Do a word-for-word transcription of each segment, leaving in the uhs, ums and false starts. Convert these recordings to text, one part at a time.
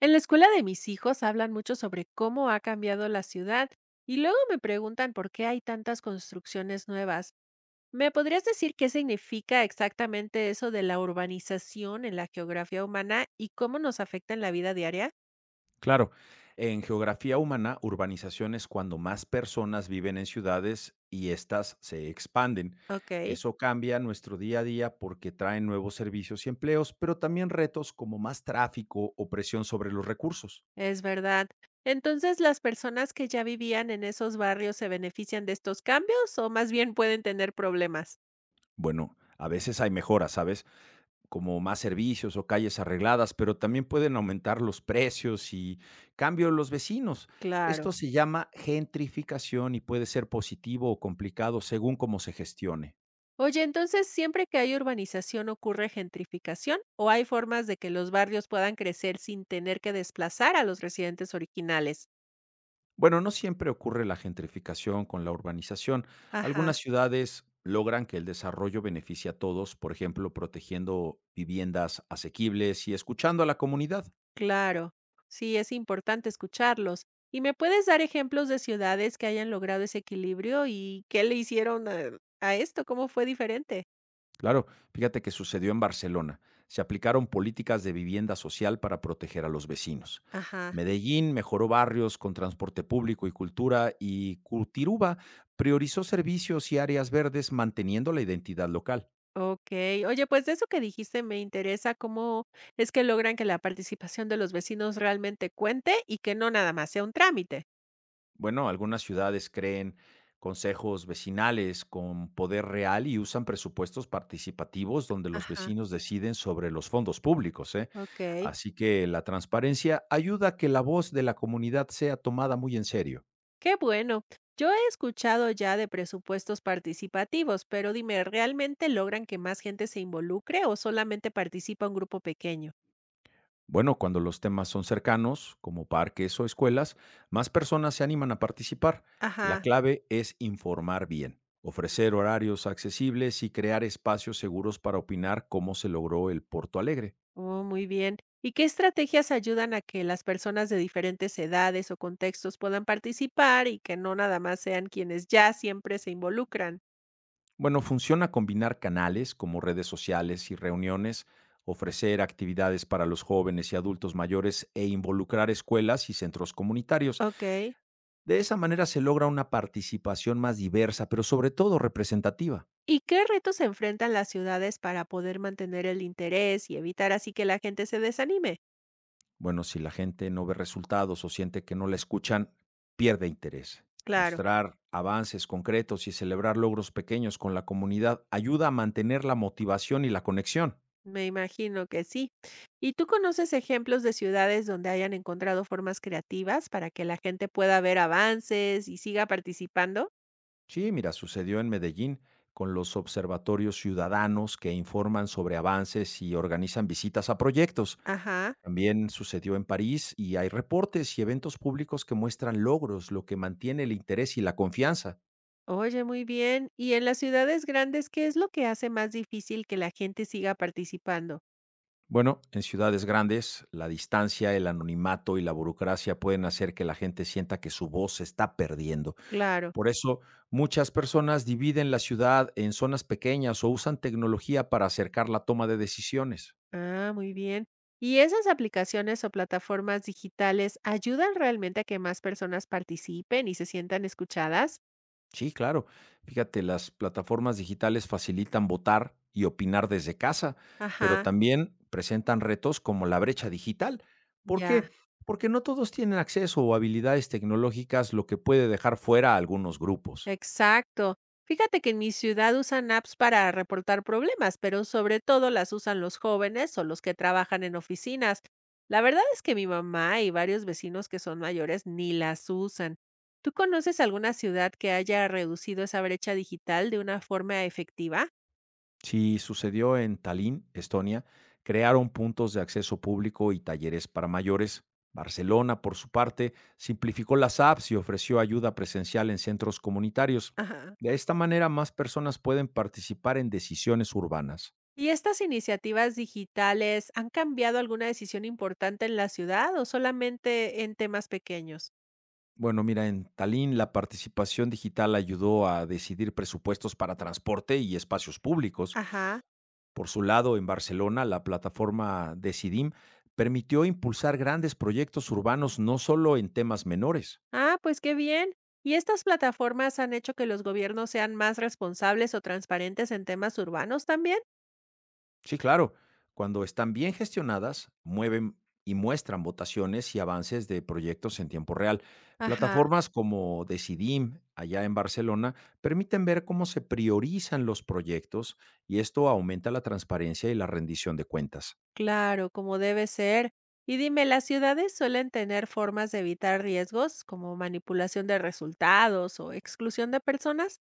En la escuela de mis hijos hablan mucho sobre cómo ha cambiado la ciudad y luego me preguntan por qué hay tantas construcciones nuevas. ¿Me podrías decir qué significa exactamente eso de la urbanización en la geografía humana y cómo nos afecta en la vida diaria? Claro, en geografía humana, urbanización es cuando más personas viven en ciudades y éstas se expanden. Ok, Eso cambia nuestro día a día porque traen nuevos servicios y empleos, pero también retos como más tráfico o presión sobre los recursos. es verdad. Entonces, ¿las personas que ya vivían en esos barrios se benefician de estos cambios o más bien pueden tener problemas? Bueno, a veces hay mejoras, ¿sabes? Como más servicios o calles arregladas, pero también pueden aumentar los precios y cambio en los vecinos. Claro. Esto se llama gentrificación y puede ser positivo o complicado según cómo se gestione. Oye, entonces, ¿siempre que hay urbanización ocurre gentrificación o hay formas de que los barrios puedan crecer sin tener que desplazar a los residentes originales? Bueno, no siempre ocurre la gentrificación con la urbanización. Ajá, Algunas ciudades logran que el desarrollo beneficie a todos, por ejemplo, protegiendo viviendas asequibles y escuchando a la comunidad. claro. Sí, es importante escucharlos. ¿Y me puedes dar ejemplos de ciudades que hayan logrado ese equilibrio y qué le hicieron a, a esto? ¿Cómo fue diferente? Claro, fíjate que sucedió en Barcelona. Se aplicaron políticas de vivienda social para proteger a los vecinos. Ajá. Medellín mejoró barrios con transporte público y cultura y Curtiruba priorizó servicios y áreas verdes manteniendo la identidad local. Ok, oye, pues de eso que dijiste me interesa cómo es que logran que la participación de los vecinos realmente cuente y que no nada más sea un trámite. Bueno, algunas ciudades creen consejos vecinales con poder real y usan presupuestos participativos donde los Ajá, vecinos deciden sobre los fondos públicos, ¿eh? ok. Así que la transparencia ayuda a que la voz de la comunidad sea tomada muy en serio. Qué bueno. Yo he escuchado ya de presupuestos participativos, pero dime, ¿realmente logran que más gente se involucre o solamente participa un grupo pequeño? Bueno, cuando los temas son cercanos, como parques o escuelas, más personas se animan a participar. La Ajá, clave es informar bien, ofrecer horarios accesibles y crear espacios seguros para opinar cómo se logró el Porto Alegre. oh, muy bien. ¿Y qué estrategias ayudan a que las personas de diferentes edades o contextos puedan participar y que no nada más sean quienes ya siempre se involucran? Bueno, funciona combinar canales como redes sociales y reuniones, ofrecer actividades para los jóvenes y adultos mayores e involucrar escuelas y centros comunitarios. Ok. De esa manera se logra una participación más diversa, pero sobre todo representativa. ¿Y qué retos se enfrentan las ciudades para poder mantener el interés y evitar así que la gente se desanime? Bueno, si la gente no ve resultados o siente que no la escuchan, pierde interés. Claro. Mostrar avances concretos y celebrar logros pequeños con la comunidad ayuda a mantener la motivación y la conexión. Me imagino que sí. ¿Y tú conoces ejemplos de ciudades donde hayan encontrado formas creativas para que la gente pueda ver avances y siga participando? Sí, mira, sucedió en Medellín con los observatorios ciudadanos que informan sobre avances y organizan visitas a proyectos. Ajá. También sucedió en París y hay reportes y eventos públicos que muestran logros, lo que mantiene el interés y la confianza. Oye, muy bien. ¿Y en las ciudades grandes qué es lo que hace más difícil que la gente siga participando? Bueno, en ciudades grandes, la distancia, el anonimato y la burocracia pueden hacer que la gente sienta que su voz se está perdiendo. Claro. Por eso, muchas personas dividen la ciudad en zonas pequeñas o usan tecnología para acercar la toma de decisiones. Ah, muy bien. ¿Y esas aplicaciones o plataformas digitales ayudan realmente a que más personas participen y se sientan escuchadas? Sí, claro. Fíjate, las plataformas digitales facilitan votar y opinar desde casa, pero Ajá. también presentan retos como la brecha digital. ¿Por Ya. qué? Porque no todos tienen acceso o habilidades tecnológicas, lo que puede dejar fuera a algunos grupos. Exacto. Fíjate que en mi ciudad usan apps para reportar problemas, pero sobre todo las usan los jóvenes o los que trabajan en oficinas. La verdad es que mi mamá y varios vecinos que son mayores ni las usan. ¿Tú conoces alguna ciudad que haya reducido esa brecha digital de una forma efectiva? Si sucedió en Tallinn, Estonia, crearon puntos de acceso público y talleres para mayores. Barcelona, por su parte, simplificó las apps y ofreció ayuda presencial en centros comunitarios. Ajá. De esta manera, más personas pueden participar en decisiones urbanas. ¿Y estas iniciativas digitales han cambiado alguna decisión importante en la ciudad o solamente en temas pequeños? Bueno, mira, en Tallinn la participación digital ayudó a decidir presupuestos para transporte y espacios públicos. Ajá. Por su lado, en Barcelona, la plataforma Decidim permitió impulsar grandes proyectos urbanos no solo en temas menores. Ah, pues qué bien. ¿Y estas plataformas han hecho que los gobiernos sean más responsables o transparentes en temas urbanos también? Sí, claro, cuando están bien gestionadas, mueven y muestran votaciones y avances de proyectos en tiempo real. Ajá. Plataformas como Decidim, allá en Barcelona, permiten ver cómo se priorizan los proyectos y esto aumenta la transparencia y la rendición de cuentas. Claro, como debe ser. Y dime, ¿las ciudades suelen tener formas de evitar riesgos como manipulación de resultados o exclusión de personas?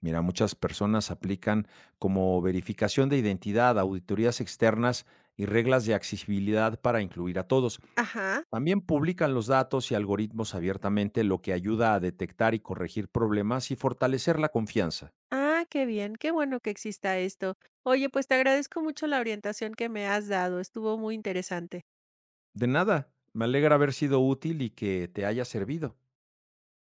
Mira, muchas personas aplican como verificación de identidad, auditorías externas y reglas de accesibilidad para incluir a todos. Ajá. También publican los datos y algoritmos abiertamente, lo que ayuda a detectar y corregir problemas y fortalecer la confianza. Ah, qué bien, qué bueno que exista esto. Oye, pues te agradezco mucho la orientación que me has dado, estuvo muy interesante. De nada, me alegra haber sido útil y que te haya servido.